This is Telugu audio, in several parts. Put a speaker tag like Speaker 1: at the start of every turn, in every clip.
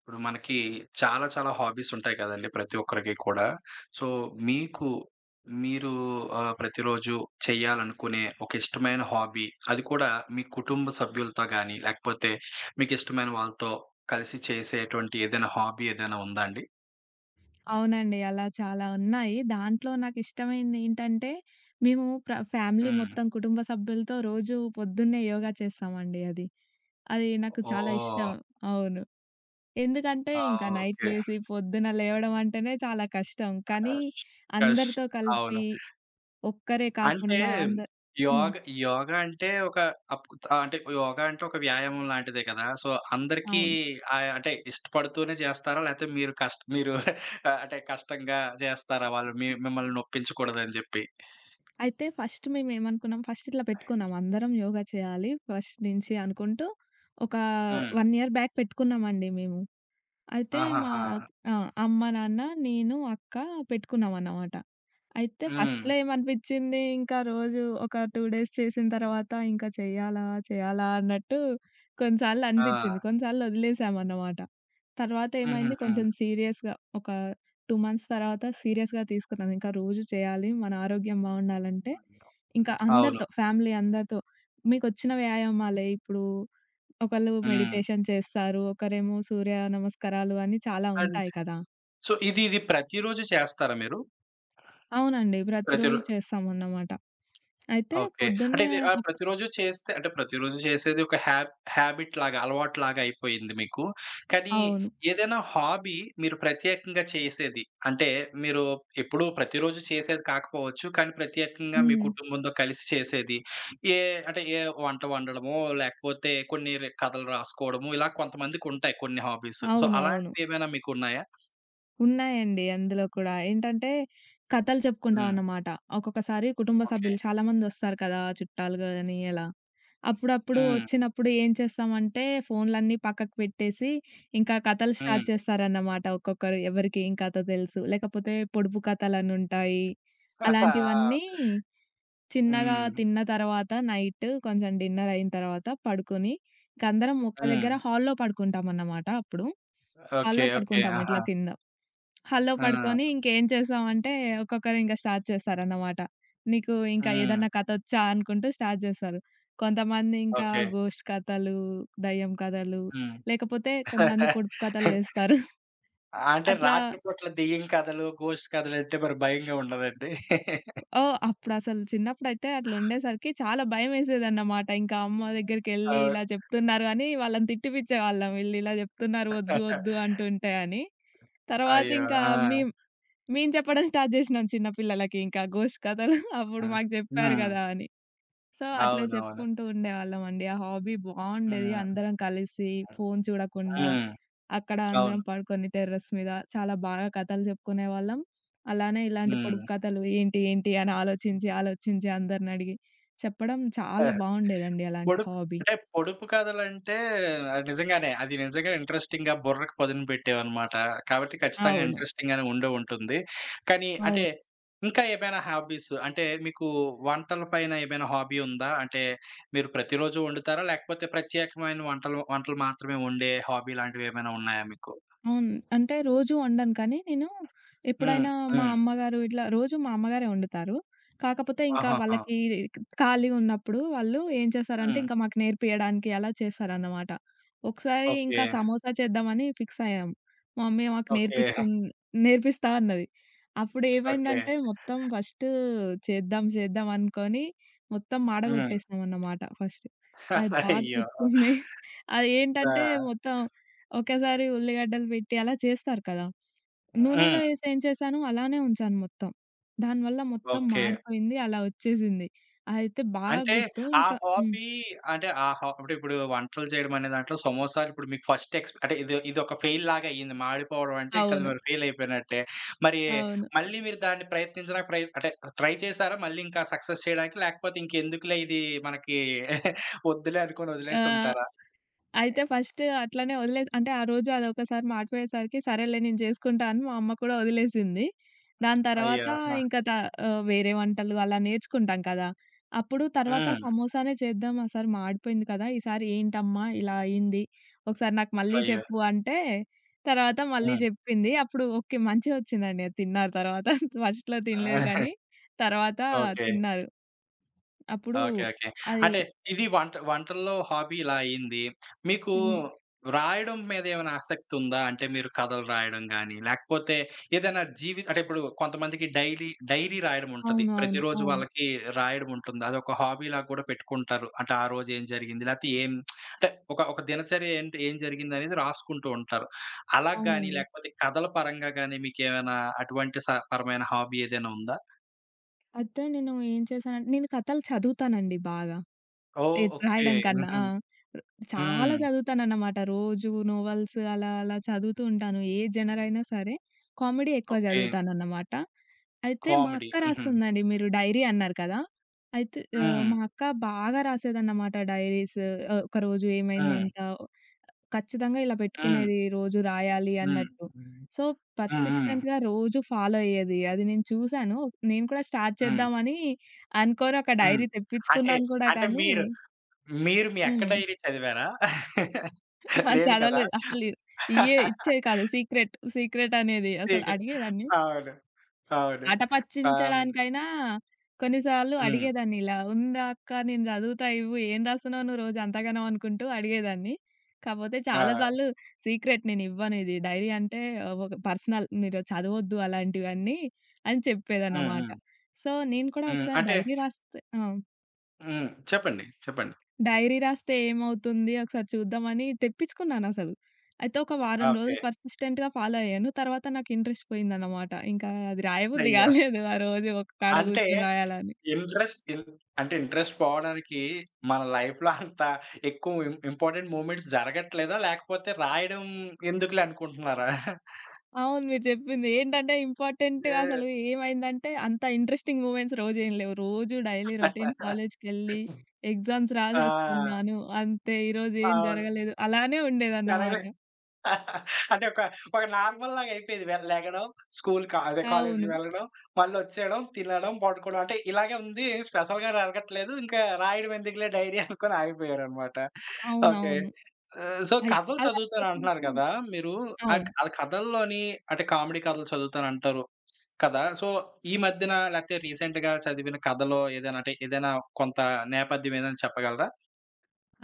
Speaker 1: ఇప్పుడు మనకి చాలా చాలా హాబీస్ ఉంటాయి కదండీ ప్రతి ఒక్కరికి కూడా. సో, మీకు మీరు ప్రతిరోజు చేయాలనుకునే ఒక ఇష్టమైన హాబీ, అది కూడా మీ కుటుంబ సభ్యులతో గాని, లేకపోతే మీకు ఇష్టమైన వాళ్ళతో కలిసి చేసేటువంటి ఏదైనా హాబీ ఏదైనా ఉందా అండి?
Speaker 2: అవునండి. అలా చాలా ఉన్నాయి. దాంట్లో నాకిష్టమైందేంటంటే, మేము ఫ్యామిలీ
Speaker 1: హ్మ్.
Speaker 2: మొత్తం కుటుంబ సభ్యులతో రోజు పొద్దున్నే యోగా చేస్తామండి అది. అది నాకు చాలా
Speaker 1: ఓహ్!
Speaker 2: ఇష్టం. అవును. ఎందుకంటే,
Speaker 1: ఆ!
Speaker 2: ఇంకా నైట్
Speaker 1: ఓకే.
Speaker 2: లేసి పొద్దున లేవడం అంటేనే చాలా కష్టం. కానీ
Speaker 1: కష్
Speaker 2: అందరితో
Speaker 1: అవును.
Speaker 2: కలిపి ఒక్కరే
Speaker 1: అంటే
Speaker 2: కాకుండా హ్మ్.
Speaker 1: యోగ యోగ అంటే ఒక అప్ అంటే యోగ అంటే ఒక వ్యాయామం లాంటిదే కదా! సో, అందరికీ
Speaker 2: అవును.
Speaker 1: అంటే ఇష్టపడుతూనే చేస్తారా? లేతే మీరు అంటే కష్టంగా చేస్తారా? వాళ్ళు మిమ్మల్ని నొప్పించకూడదని జెప్పి.
Speaker 2: అయితే ఫస్ట్ మేమేమనుకున్నాం, ఫస్ట్ ఇట్లా పెట్టుకున్నాం. అందరం యోగా చేయాలి ఫస్ట్ నుంచి అనుకుంటూ, ఒక
Speaker 1: హ్మ్.
Speaker 2: 1 ఇయర్ బ్యాక్ పెట్టుకున్నామండి మేము. అయితే మా
Speaker 1: ఆహాహా!
Speaker 2: ఆ! అమ్మ, నాన్న, నేను, అక్క పెట్టుకున్నామన్నమాట. అయితే
Speaker 1: హ్మ్.
Speaker 2: ఫస్ట్‌లో ఏమనిపించింది ఇంకా రోజు ఒక 2 డేస్ చేసిన తర్వాత ఇంకా చేయాలా? చేయాలా? అన్నట్టు కొన్ని సార్లు
Speaker 1: ఆ!
Speaker 2: అనిపించింది. కొన్ని సార్లు వదిలేసామన్నమాట. తర్వాత ఏమైంది
Speaker 1: హుహుహు.
Speaker 2: కొంచెం సీరియస్‌గా ఒక 2 మంత్స్ తర్వాత సీరియస్‌గా తీసుకున్నాం. ఇంకా రోజు చేయాలి. మన ఆరోగ్యం బావుండాలంటే ఇంకా
Speaker 1: అవును.
Speaker 2: అందరితో ఫ్యామిలీ అందరితో మీకొచ్చిన వ్యాయామాలే ఇప్పుడు ఒకళ్ళు
Speaker 1: హ్మ్.
Speaker 2: మెడిటేషన్ చేస్తారు. ఒకరేమో సూర్య నమస్కారాలు అని చాలా
Speaker 1: అండ్
Speaker 2: ఉంటాయి కదా!
Speaker 1: సో, ఇది ఇది ప్రతిరోజు చేస్తారా మీరు?
Speaker 2: అవునండి.
Speaker 1: ప్రతిరో
Speaker 2: ప్రతిరోజు చేస్తామన్నమాట. అయితే
Speaker 1: ఓకే. అంటే
Speaker 2: పొద్దున్నే
Speaker 1: ఇది
Speaker 2: ఒక
Speaker 1: ప్రతిరోజు చేస్తే అంటే ప్రతిరోజు చేసేది ఒక హ్యాబ్ హ్యాబిట్‌లాగా, అలవాటులాగా అయిపోయింది మీకు. కానీ
Speaker 2: అవును.
Speaker 1: ఏదైనా హాబీ మీరు ప్రత్యేకంగా చేసేది, అంటే మీరు ఎప్పుడూ ప్రతిరోజు చేసేది కాకపోవచ్చు. కానీ ప్రత్యేకంగా మీ
Speaker 2: హ్మ్.
Speaker 1: కుటుంబంతో కలిసి చేసేది. ఏ ఏ వంట వండడమో, లేకపోతే కొన్ని రే కథలు రాసుకోవడమో ఇలా కొంతమందికుంటాయి కొన్ని హాబీస్. సో,
Speaker 2: అవునవును.
Speaker 1: అలాంటివేమైనా మీకున్నాయా?
Speaker 2: ఉన్నాయండి అందులో కూడా. ఏంటంటే కథలు
Speaker 1: హ్మ్.
Speaker 2: చెప్పుకుంటామన్నమాట. ఒక్కొక్కసారి కుటుంబ
Speaker 1: ఓకే.
Speaker 2: సభ్యులు చాలామందొస్తారు కదా! చుట్టాలు గాని అలా. అప్పుడప్పుడు
Speaker 1: హ్మ్.
Speaker 2: వచ్చినప్పుడు ఏం చేస్తామంటే, ఫోన్‌లన్నీ పక్కకు పెట్టేసి, ఇంకా కథలు
Speaker 1: హ్మ్.
Speaker 2: స్టార్ట్ చేస్తారన్నమాట ఒక్కొక్కరు. ఎవరికి ఏం కథ తెలుసు. లేకపోతే పొడుపు కథలనుంటాయి. అలాంటివన్నీ
Speaker 1: హ్మ్.
Speaker 2: చిన్నగా
Speaker 1: హ్మ్.
Speaker 2: తిన్న తర్వాత నైట్ కొంచెం డిన్నర్ అయిన తర్వాత పడుకొని, ఇంకందరం ఒక్క దగ్గర హాల్‌లో పడుకుంటామన్నమాట అప్పుడు.
Speaker 1: ఓకే.
Speaker 2: హాల్‌లో
Speaker 1: ఓకే.
Speaker 2: పడుకుంటాం
Speaker 1: ఆహా!
Speaker 2: ఇట్లా కింద. హాల్లో
Speaker 1: ఆ!
Speaker 2: పడుకొని ఇంకేం చేసామంటే ఒక్కొక్కరింకా స్టార్ట్ చేశారన్నమాట. నీకు ఇంకా
Speaker 1: హ్మ్.
Speaker 2: ఏదన్నా కథొచ్చా అనుకుంటూ స్టార్ట్ చేశారు. కొంతమంది ఇంకా
Speaker 1: ఓకే.
Speaker 2: గోస్ట్ కథలు, దయ్యం కథలు
Speaker 1: హ్మ్.
Speaker 2: లేకపోతే కొంతమంది పొడుపు కథలేస్తారు.
Speaker 1: అంటే
Speaker 2: అట్లా
Speaker 1: రాత్రి పూట్ల దెయ్యం కథలు, గోస్ట్ కథలంటే మరి భయంగా ఉండదండి?
Speaker 2: ఓహ్! అప్పుడసలు చిన్నప్పుడైతే అట్లుండేసరికి చాలా భయమేసేదన్నమాట. ఇంకా అమ్మ దగ్గరికెళ్ళి
Speaker 1: అవును.
Speaker 2: ఇలా చెప్తున్నారు అని వాళ్ళని తిట్టిపిచ్చేవాళ్ళం. "వీళ్ళిలా చెప్తున్నారు వద్దు, వద్దు అంటుంటే" అని. తర్వాత
Speaker 1: అయ్యో!
Speaker 2: ఇంకా
Speaker 1: ఆ!
Speaker 2: మేము మేము చెప్పడం స్టార్ట్ జేసినాం చిన్న పిల్లలకి ఇంకా గోష్ట్ కథలు అప్పుడు
Speaker 1: హ్మ్.
Speaker 2: మాకు చెప్పారు
Speaker 1: హ్మ్.
Speaker 2: గదా! అని. సో, అట్లా
Speaker 1: అవునవును.
Speaker 2: చెప్పుకుంటూ ఉండేవాళ్ళమండి. ఆ హాబీ బావుండేది.
Speaker 1: హ్మ్.
Speaker 2: అందరం కలిసి ఫోను చూడకుండా
Speaker 1: హ్మ్.
Speaker 2: అక్కడ అందరం
Speaker 1: అవును.
Speaker 2: పడుకొని టెర్రస్ మీద చాలా బాగా కథలు చెప్పుకునేవాళ్ళం. అలానే ఇలాంటి
Speaker 1: హ్మ్.
Speaker 2: పొడుపు కథలు ఏంటి, ఏంటి అని ఆలోచించి, ఆలోచించి అందరిని అడిగి చెప్పడం చాలా బావుండేదండి అలాంటి
Speaker 1: పొడుపు
Speaker 2: హాబీ.
Speaker 1: పొడుపు కథలంటే నిజంగా ఇంట్రెస్టింగ్‌గా బుర్రకు పదును పెట్టేవన్నమాట. కాబట్టి ఖచ్చితంగా
Speaker 2: అవును.
Speaker 1: ఇంట్రెస్టింగ్‌గానే ఉండే ఉంటుంది. కానీ అంటే
Speaker 2: అవును.
Speaker 1: ఇంకా ఏమైనా హాబీస్ అంటే మీకు వంటల పైన ఏమైనా హాబీ ఉందా? అంటే మీరు ప్రతిరోజు వండుతారా? లేకపోతే ప్రత్యేకమైన వంటలు వంటలు మాత్రమే వండే హాబీ లాంటివి ఏమైనా ఉన్నాయా మీకు?
Speaker 2: అవును. అంటే రోజు వండను కానీ నేను
Speaker 1: హ్మ్.
Speaker 2: ఎప్పుడైనా మా
Speaker 1: హ్మ్.
Speaker 2: అమ్మగారు ఇట్లా రోజు మా అమ్మగారే వండుతారు. కాకపోతే ఇంకా
Speaker 1: ఆహాహా!
Speaker 2: వాళ్ళకి ఖాళీగా ఉన్నప్పుడు వాళ్ళు ఏం చేశారంటే
Speaker 1: హ్మ్.
Speaker 2: ఇంకా మాకు నేర్పియడానికి అలా చేశారన్నమాట. ఒకసారి
Speaker 1: ఓకే.
Speaker 2: ఇంకా సమోసా చేద్దామని ఫిక్స్ అయ్యాం. మా మమ్మీ మాకు
Speaker 1: ఓకే.
Speaker 2: నేర్పిస్తా అన్నది. అప్పుడు
Speaker 1: ఓకే.
Speaker 2: ఏమైందంటే మొత్తం ఫస్ట్ చేద్దాం చేద్దాం అనుకోని మొత్తం
Speaker 1: హ్మ్.
Speaker 2: మాడగొట్టేసామన్నమాట ఫస్ట్. అది బాగా
Speaker 1: అయ్యో!
Speaker 2: గుర్తుంది. అది
Speaker 1: ఆ!
Speaker 2: ఏంటంటే మొత్తం ఒకేసారి ఉల్లిగడ్డలు పెట్టి అలా చేస్తారు కదా! నూనెలో
Speaker 1: హ్మ్.
Speaker 2: ఏసి ఏం చేశాను అలానే ఉంచాను మొత్తం. దానివల్ల మొత్తం
Speaker 1: ఓకే.
Speaker 2: మాడిపోయింది. అలా వచ్చేసింది. అదైతే బాగా
Speaker 1: అంటే
Speaker 2: గుర్తు.
Speaker 1: ఆ
Speaker 2: ఇంకా హ్మ్.
Speaker 1: హాబీ అంటే ఆ హా అంటే ఇప్పుడు వంటలు చేయడం అనే దాంట్లో సమోసాలు ఇప్పుడు మీకు ఫస్ట్ ఎక్స్ అంటే ఇదొక ఫెయిల్ లాగా అయింది. మాడిపోవడం అంటే ఇంక అది
Speaker 2: అవును.
Speaker 1: మరి ఫెయిల్ అయిపోయినట్టే. మరి
Speaker 2: అవును.
Speaker 1: మళ్ళీ మీరు దాన్ని ప్రయత్నించడానికి ప్రయ అంటే ట్రై చేసారా మళ్ళీ ఇంకా సక్సెస్ చేయడానికి? లేకపోతే ఇంకెందుకులే ఇది మనకి వద్దులే అనుకోని
Speaker 2: ఆ!
Speaker 1: వదిలేసుంటారా?
Speaker 2: అయితే ఫస్ట్ అట్లనే వదిలేసి అంటే ఆ రోజు అదొకసారి మాటిపోయేసరికి సరేలే నేను జేసుకుంటా అని మా అమ్మ కూడా వదిలేసింది. దాని
Speaker 1: అయ్యో!
Speaker 2: తర్వాత
Speaker 1: ఆ!
Speaker 2: ఇంకా వేరే వంటలు అలా నేర్చుకుంటాం కదా! అప్పుడు తర్వాత
Speaker 1: హ్మ్.
Speaker 2: సమోసానే చేద్దాం ఆ సారి మాడిపోయింది కదా! ఈసారి ఏంటమ్మా ఇలా అయింది. ఒకసారి నాకు మళ్ళీ
Speaker 1: అయ్యో!
Speaker 2: చెప్పు అంటే తర్వాత మళ్ళీ
Speaker 1: హ్మ్.
Speaker 2: జెప్పింది. అప్పుడు ఓకే. మంచిగా వచ్చిందండి. అది తిన్నారు తర్వాత. ఫస్ట్‌లో తినలేదు కానీ తర్వాత
Speaker 1: ఓకే.
Speaker 2: తిన్నారు. అప్పుడు
Speaker 1: ఓకే. ఓకే.
Speaker 2: అది
Speaker 1: అంటే ఇది వంటల్లో హాబీ ఇలా అయింది. మీకు
Speaker 2: హ్మ్.
Speaker 1: రాయడం మీద ఏమైనా ఆసక్తి ఉందా? అంటే మీరు కథలు రాయడం గాని, లేకపోతే ఏదైనా జీవి అంటే ఇప్పుడు కొంతమందికి డైలీ డైరీ రాయడం ఉంటది.
Speaker 2: అవునవును.
Speaker 1: ప్రతిరోజు
Speaker 2: అవును.
Speaker 1: వాళ్ళకి రాయడం ఉంటుంది. అదొక హాబీలాగా కూడా పెట్టుకుంటారు. అంటే ఆ రోజు ఏం జరిగింది? లేకపోతే ఏం అంటే ఒక ఒక దినచర్య ఏంటి ఏం జరిగిందనేది రాసుకుంటూ ఉంటారు. అలా
Speaker 2: అవును
Speaker 1: గాని
Speaker 2: అవునండి.
Speaker 1: లేకపోతే కథల పరంగా గాని మీకేమైనా అటువంటి స పరమైన హాబీ ఏదైనా ఉందా?
Speaker 2: అయితే నేను ఏం చేశానంటే నేను కథలు చదువుతానండి బాగా.
Speaker 1: ఓహ్! ఓకే.
Speaker 2: రాయడం కన్నా.
Speaker 1: హుహు.
Speaker 2: ఆ! ర్ చాలా
Speaker 1: హ్మ్.
Speaker 2: చదువుతానన్నమాట. రోజు నోవెల్స్ అలా అలా చదువుతూ ఉంటాను. ఏ జనర్ అయినా సరే కామెడీ ఎక్కువ
Speaker 1: ఓకే.
Speaker 2: చదువుతానన్నమాట. అయితే మా
Speaker 1: కామెడీ.
Speaker 2: అక్క
Speaker 1: హుహు.
Speaker 2: రాస్తుందండి. మీరు డైరీ అన్నారు కదా! అయితే
Speaker 1: హ్మ్.
Speaker 2: మా అక్క బాగా రాసేదన్నమాట డైరీస్. ఒకరోజు
Speaker 1: హ్మ్.
Speaker 2: ఏమైందంతా ఖచ్చితంగా ఇలా
Speaker 1: హ్మ్.
Speaker 2: పెట్టుకునేది రోజు రాయాలి
Speaker 1: హ్మ్.
Speaker 2: అన్నట్టు.
Speaker 1: హ్మ్.
Speaker 2: సో,
Speaker 1: హ్మ్.
Speaker 2: పర్సిస్టెంట్‌గా రోజు ఫాలో అయ్యేది. అది నేను చూసాను. నేను కూడా స్టార్ట్
Speaker 1: హ్మ్.
Speaker 2: చేద్దామని అనుకోని ఒక
Speaker 1: హ్మ్.
Speaker 2: డైరీ
Speaker 1: అంటే,
Speaker 2: తెప్పించుకున్నాను కూడా
Speaker 1: అంటే
Speaker 2: కానీ
Speaker 1: మీరు, మీరు మీ అక్క
Speaker 2: హ్మ్.
Speaker 1: డైరీ చదివారా?
Speaker 2: అది
Speaker 1: లేదు కదా!
Speaker 2: చదవలేదు. అసలు ఇచ్చేది కాదు. సీక్రెట్, సీక్రెట్ అనేది అసలు
Speaker 1: మీకు
Speaker 2: అడిగేదాన్ని.
Speaker 1: అవును. అవును.
Speaker 2: అట
Speaker 1: ఆహ్,
Speaker 2: పట్టించడానికైనా కొన్నిసార్లు
Speaker 1: హ్మ్.
Speaker 2: అడిగేదాన్ని ఇలా, "ఉందా అక్క నేను చదువుతా ఇవ్వు, ఏం రాస్తున్నావు నువ్వు రోజు అంతగనం" అనుకుంటూ అడిగేదాన్ని. కాపోతే
Speaker 1: ఆ!
Speaker 2: చాలా సార్లు సీక్రెట్ నేనివ్వను ఇది. డైరీ అంటే ఒక పర్సనల్ మీరు చదవొద్దు అలాంటివన్నీ అని
Speaker 1: హ్మ్.
Speaker 2: చెప్పేదన్నమాట.
Speaker 1: హ్మ్.
Speaker 2: సో, నేను కూడా
Speaker 1: హ్మ్.
Speaker 2: ఒకసారి
Speaker 1: అంటే
Speaker 2: డైరీ రాస్తే ఆ!
Speaker 1: హ్మ్. చెప్పండి. చెప్పండి.
Speaker 2: డైరీ రాస్తే ఏమవుతుంది ఒకసారి చూద్దామని తెప్పించుకున్నానసలు. అయితే ఒక వారం
Speaker 1: ఓకే.
Speaker 2: రోజులు పర్సిస్టెంట్‌గా ఫాలో అయ్యాను. తర్వాత నాకు ఇంట్రెస్ట్ పోయిందనమాట. ఇంకా అది రాయబుద్ధి
Speaker 1: అయ్యో!
Speaker 2: కాలేదు ఆ రోజు ఒక కాడ
Speaker 1: అంటే
Speaker 2: కూర్చొని రాయాలని.
Speaker 1: ఇంట్రెస్ట్ ఇన్ అంటే ఇంట్రెస్ట్ పోవడానికి మన లైఫ్‌లో అంత ఎక్కువ ఇంపార్టెంట్ మూమెంట్స్ జరగట్లేదా? లేకపోతే రాయడం ఎందుకులే అనుకుంటున్నారా?
Speaker 2: అవును. మీరు చెప్పింది. ఏంటంటే ఇంపార్టెంట్‌గా అసలు ఏమైందంటే అంత ఇంట్రెస్టింగ్ మూమెంట్స్ రోజేం లేవు. రోజు డైలీ రొటీన్ కాలేజ్‌కెళ్ళి ఎగ్జామ్స్
Speaker 1: ఆ! ఆ!
Speaker 2: రాసొస్తున్నాను. అంతే ఈరోజు ఏం
Speaker 1: అవును.
Speaker 2: జరగలేదు. అలానే
Speaker 1: జరగలే
Speaker 2: ఉండేదన్నమాట.
Speaker 1: అంటే ఒక నార్మల్ లాగా అయిపోయేది. లెగడం, స్కూల్ కా అదే కాలేజ్‌కి
Speaker 2: అవును.
Speaker 1: వెళ్ళడం, మళ్ళొచ్చేయడం, తినడం, పడుకోవడం. అంటే ఇలాగే ఉంది. స్పెషల్‌గా జరగట్లేదు. ఇంకా రాయడం ఎందుకులే డైరీ అనుకోని ఆగిపోయారనమాట. ఓకే.
Speaker 2: అవునవును.
Speaker 1: ఆహ్, సో,
Speaker 2: అయితే
Speaker 1: కథలు
Speaker 2: అలా
Speaker 1: చదువుతానంటున్నారు
Speaker 2: చేసరికి
Speaker 1: కదా! మీరు
Speaker 2: అవును.
Speaker 1: ఆ కథల్లోని అంటే కామెడీ కథలు చదువుతానంటారు కదా! సో, ఈ మధ్యన లేకపోతే రీసెంట్‌గా చదివిన కథలో ఏదైనా అంటే ఏదైనా కొంత నేపథ్యం ఏదైనా చెప్పగలరా?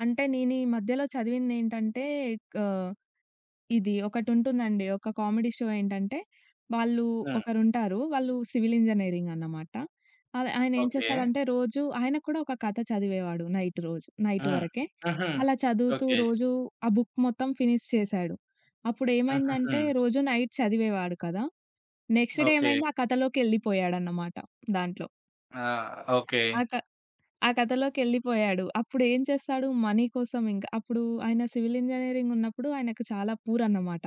Speaker 2: అంటే నేనీ మధ్యలో చదివిందేంటంటే ఆహ్, ఇది ఒకటుంటుందండి. ఒక కామెడీ షో ఏంటంటే, వాళ్ళు
Speaker 1: హ్మ్.
Speaker 2: ఒకరుంటారు. వాళ్ళు సివిల్ ఇంజినీరింగ్ అన్నమాట. అలా ఆయనేం
Speaker 1: ఓకే.
Speaker 2: చేస్తాడంటే రోజు ఆయనకు కూడా ఒక కథ చదివేవాడు నైట్ రోజు. నైట్
Speaker 1: హ్మ్.
Speaker 2: వరకే.
Speaker 1: హుహు.
Speaker 2: అలా చదువుతూ
Speaker 1: ఓకే.
Speaker 2: రోజు ఆ బుక్ మొత్తం ఫినిష్ చేశాడు.
Speaker 1: హుహుహు.
Speaker 2: అప్పుడేమైందంటే రోజు నైట్ చదివేవాడు కదా! Next day
Speaker 1: okay.
Speaker 2: ఏమైంది ఆ కథలోకెళ్ళిపోయాడన్నమాట దాంట్లో.
Speaker 1: ఆ! ఓకే.
Speaker 2: ఆ ఆ కథలోకెళ్ళిపోయాడు. అప్పుడేం చేస్తాడు మనీ కోసం ఇంక. అప్పుడు ఆయన సివిల్ ఇంజినీరింగ్ ఉన్నప్పుడు ఆయనకు చాలా పూర్ అన్నమాట.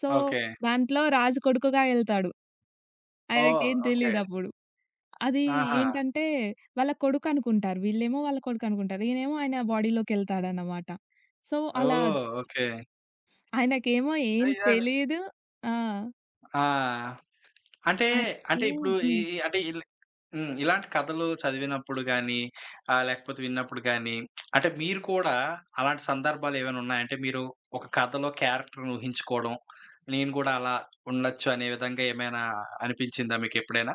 Speaker 2: So,
Speaker 1: okay.
Speaker 2: దాంట్లో రాజు కొడుకుగా ఎళ్తాడు.
Speaker 1: ఓహ్!
Speaker 2: ఆయనకేం
Speaker 1: ఓకే.
Speaker 2: తెలీదప్పుడు. అది
Speaker 1: ఆహా!
Speaker 2: ఏంటంటే వాళ్ళ కొడుకనుకుంటారు. వీళ్ళేమో వాళ్ళ కొడుకనుకుంటారు. ఈయనేమో ఆయన బాడీలోకెళ్తాడన్నమాట. సో, అలా
Speaker 1: ఓహ్! ఓకే.
Speaker 2: ఆయనకేమో ఏం
Speaker 1: అయ్యాడు
Speaker 2: తెలీదు. ఆ!
Speaker 1: ఆ! అంటే, అంటే
Speaker 2: ఆయనేమో
Speaker 1: ఇప్పుడు ఈ
Speaker 2: హ్మ్.
Speaker 1: ఈ అంటే ఇల్ హ్మ్. ఇలాంటి కథలు చదివినప్పుడు గాని, లేకపోతే విన్నప్పుడు గాని, అంటే మీరు కూడా అలాంటి సందర్భాలేవైనా ఉన్నాయా? అంటే మీరు ఒక కథలో క్యారెక్టర్‌ని ఊహించుకోవడం, నేను గూడా అలా ఉండొచ్చు అనే విధంగా ఏమైనా అనిపించిందా మీకెప్పుడైనా?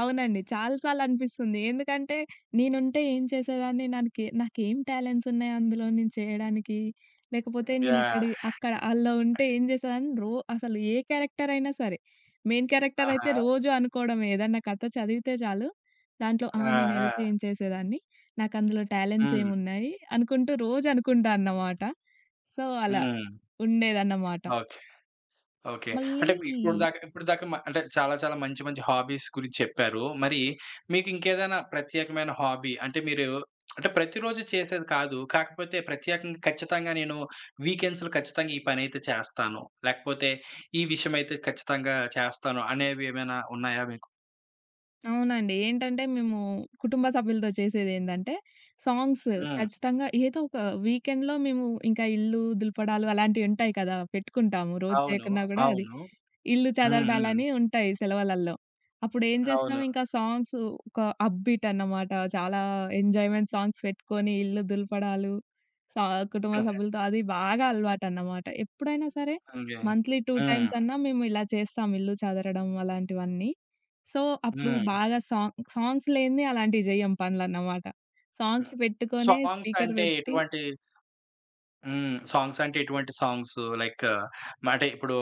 Speaker 2: అవునండి. చాలా సార్లనిపిస్తుంది. ఎందుకంటే నేనుంటే ఏం చేసేదాన్ని? నాకేం టాలెంట్స్ ఉన్నాయి అందులో నేను చేయడానికి? లేకపోతే
Speaker 1: హ్మ్.
Speaker 2: నేనక్కడి
Speaker 1: యాహ్!
Speaker 2: అక్కడ అల్లో ఉంటే ఏం చేసేదాన్ని? అసలు ఏ క్యారెక్టర్ అయినా సరే, మెయిన్ క్యారెక్టర్ అయితే
Speaker 1: ఆహా!
Speaker 2: రోజు అనుకోవడమే. ఏదన్నా కథ చదివితే చాలు, దాంట్లో ఆ!
Speaker 1: ఆ!
Speaker 2: నేనెళ్తే
Speaker 1: ఆ!
Speaker 2: ఏం చేసేదాన్ని? నాకందులో టాలెంట్స్
Speaker 1: హ్మ్.
Speaker 2: ఏమున్నాయి? అనుకుంటూ రోజు అనుకుంటా అన్నమాట. సో, అలా
Speaker 1: హ్మ్.
Speaker 2: ఉండేదన్నమాట.
Speaker 1: ఓకే. ఓకే.
Speaker 2: మళ్ళీ
Speaker 1: అంటే ఇప్పుడు దాకా మ అంటే చాలా చాలా మంచి మంచి హాబీస్ గురించి చెప్పారు. మరి మీకింకేదైనా ప్రత్యేకమైన హాబీ అంటే మీరు అంటే ప్రతిరోజు చేసేది కాదు. కాకపోతే ప్రత్యేకంగా ఖచ్చితంగా నేను వీకెండ్స్‌లో ఖచ్చితంగా ఈ పనైతే చేస్తాను. లేకపోతే ఈ విషయమైతే ఖచ్చితంగా చేస్తాను అనేవి ఏమైనా ఉన్నాయా మీకు?
Speaker 2: అవునండి. ఏంటంటే మేము కుటుంబ సభ్యులతో చేసేదేందంటే సాంగ్స్
Speaker 1: హ్మ్.
Speaker 2: ఖచ్చితంగా ఏదో ఒక వీకెండ్‌లో మేము ఇంకా ఇల్లు దులపడాలు అలాంటివి ఉంటాయి కదా! పెట్టుకుంటాము. రోజు
Speaker 1: అవును.
Speaker 2: చేయకున్నా గూడా అది
Speaker 1: అవును.
Speaker 2: ఇల్లు
Speaker 1: హ్మ్. హ్మ్.
Speaker 2: చదరడాలని ఉంటాయి సెలవులల్లో. అప్పుడేం చేసినాం
Speaker 1: అవును.
Speaker 2: ఇంకా సాంగ్స్ ఒక అప్‌బీట్ అన్నమాట. చాలా ఎంజాయ్‌మెంట్ సాంగ్స్ పెట్టుకొని ఇల్లు దులపడాలు, సా కుటుంబ సభ్యులతో అది బాగా అలవాటన్నమాట. ఎప్పుడైనా సరే
Speaker 1: ఓకే.
Speaker 2: మంత్లీ 2
Speaker 1: హ్మ్.
Speaker 2: టైమ్స్ అన్నా మేము ఇలా చేస్తాం ఇల్లు చదరడం అలాంటివన్నీ. సో, అప్పుడు
Speaker 1: హ్మ్.
Speaker 2: బాగా సాంగ్స్ లేనిదే అలాంటివి జెయ్యం పనులన్నమాట.
Speaker 1: హ్మ్.
Speaker 2: సాంగ్స్ పెట్టుకొనే
Speaker 1: సాంగ్స్
Speaker 2: స్పీకర్
Speaker 1: అంటే
Speaker 2: పెట్టి
Speaker 1: ఎటువంటి హ్మ్. సాంగ్స్ అంటే ఎటువంటి సాంగ్స్? లైక్ అంటే ఇప్పుడు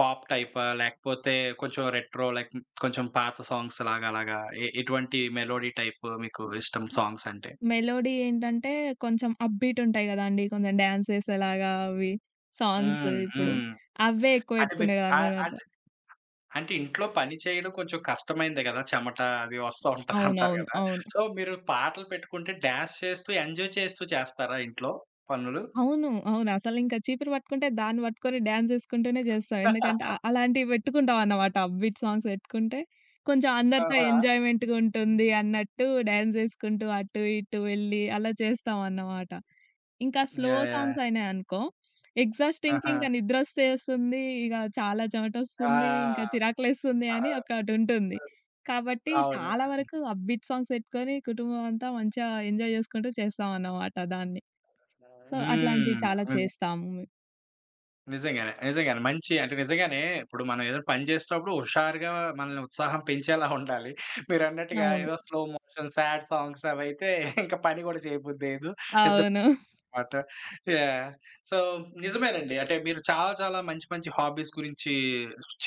Speaker 1: పాప్ టైపా? లేకపోతే కొంచెం రెట్రో లైక్ కొంచెం పాత సాంగ్స్ లాగా అలాగా ఎటువంటి మెలోడీ టైప్ మీకు ఇష్టం సాంగ్స్ అంటే?
Speaker 2: మెలోడీ ఏంటంటే కొంచెం అప్ బీట్ ఉంటాయి గదండీ! కొంచెం డాన్స్ చేసేలాగా అవి సాంగ్స్
Speaker 1: హ్మ్.
Speaker 2: ఇప్పుడు.
Speaker 1: హ్మ్.
Speaker 2: అవే ఎక్కువ
Speaker 1: అంటే మీరు ఆహ్,
Speaker 2: పెట్టుకునేదాన్ననమాట.
Speaker 1: అంటే అంటే ఇంట్లో పని చేయడం కొంచెం కష్టమైందే గదా! చెమట అది వస్తా ఉంటదంటారు
Speaker 2: అవునవును.
Speaker 1: గదా!
Speaker 2: అవును.
Speaker 1: సో, మీరు పాటలు పెట్టుకుంటే డాన్స్ చేస్తూ ఎంజాయ్ చేస్తూ చేస్తారా ఇంట్లో పనులు?
Speaker 2: అవును. అవును. అసలింకా చీపిరి పట్టుకుంటే దాన్ని పట్టుకొని డాన్స్ చేసుకుంటూనే చేస్తాం. ఎందుకంటే అలాంటివి పెట్టుకుంటామన్నమాట. అప్‌బీట్ సాంగ్స్ పెట్టుకుంటే కొంచెం అందరితో
Speaker 1: ఆహా!
Speaker 2: ఎంజాయ్‌మెంట్‌గా ఉంటుంది అన్నట్టు డాన్స్ చేసుకుంటూ అటు ఇటు వెళ్ళి అలా చేస్తామన్నమాట. ఇంకా స్లో
Speaker 1: యాహ్! యాహ్!
Speaker 2: సాంగ్స్ అయినాయనుకో ఎగ్జాస్టింగ్‌కి
Speaker 1: ఆహా!
Speaker 2: ఇంకా నిద్రొచ్చేస్తుంది. ఇక చాలా చెమటొస్తుంది. ఇంకా
Speaker 1: ఆ!
Speaker 2: చిరాకులేస్తుంది
Speaker 1: ఆ!
Speaker 2: అని ఒకటుంటుంది. కాబట్టి
Speaker 1: అవును.
Speaker 2: చాలా వరకు అప్‌బీట్ సాంగ్స్ పెట్టుకొని కుటుంబం అంతా మంచిగా ఎంజాయ్ చేసుకుంటూ చేస్తామన్నమాట దాన్ని. సో, అట్లాంటివి
Speaker 1: హ్మ్.
Speaker 2: చాలా
Speaker 1: హ్మ్.
Speaker 2: చేస్తాము.
Speaker 1: నిజంగానే. నిజంగానే. మంచి అంటే నిజంగానే ఇప్పుడు మనం ఏదైనా పని చేసేటప్పుడు హుషారుగా మనల్ని ఉత్సాహం పెంచేలా ఉండాలి. మీరన్నట్టుగా
Speaker 2: అవును.
Speaker 1: ఏదో స్లో మోషన్ సాడ్ సాంగ్స్ అవైతే ఇంక పని గూడా చేయబుద్దేయదు. నిద్ర
Speaker 2: అవును.
Speaker 1: మాట. యాహ్! సో, నిజమేనండి. అంటే మీరు చాలా చాలా మంచి మంచి హాబీస్ గురించి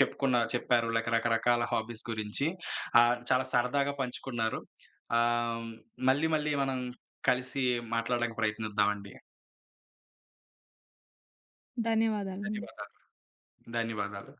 Speaker 1: చెప్పుకున్నారు. చెప్పారు. రకరకాల హాబీస్ గురించి. చాలా సరదాగా పంచుకున్నారు. ఆహ్, మళ్ళీ మళ్ళీ మనం కలిసి మాట్లాడడానికి ప్రయత్నిద్దామండి.
Speaker 2: ధన్యవాదాలండి.
Speaker 1: ధన్యవాదాలు. ధన్యవాదాలు.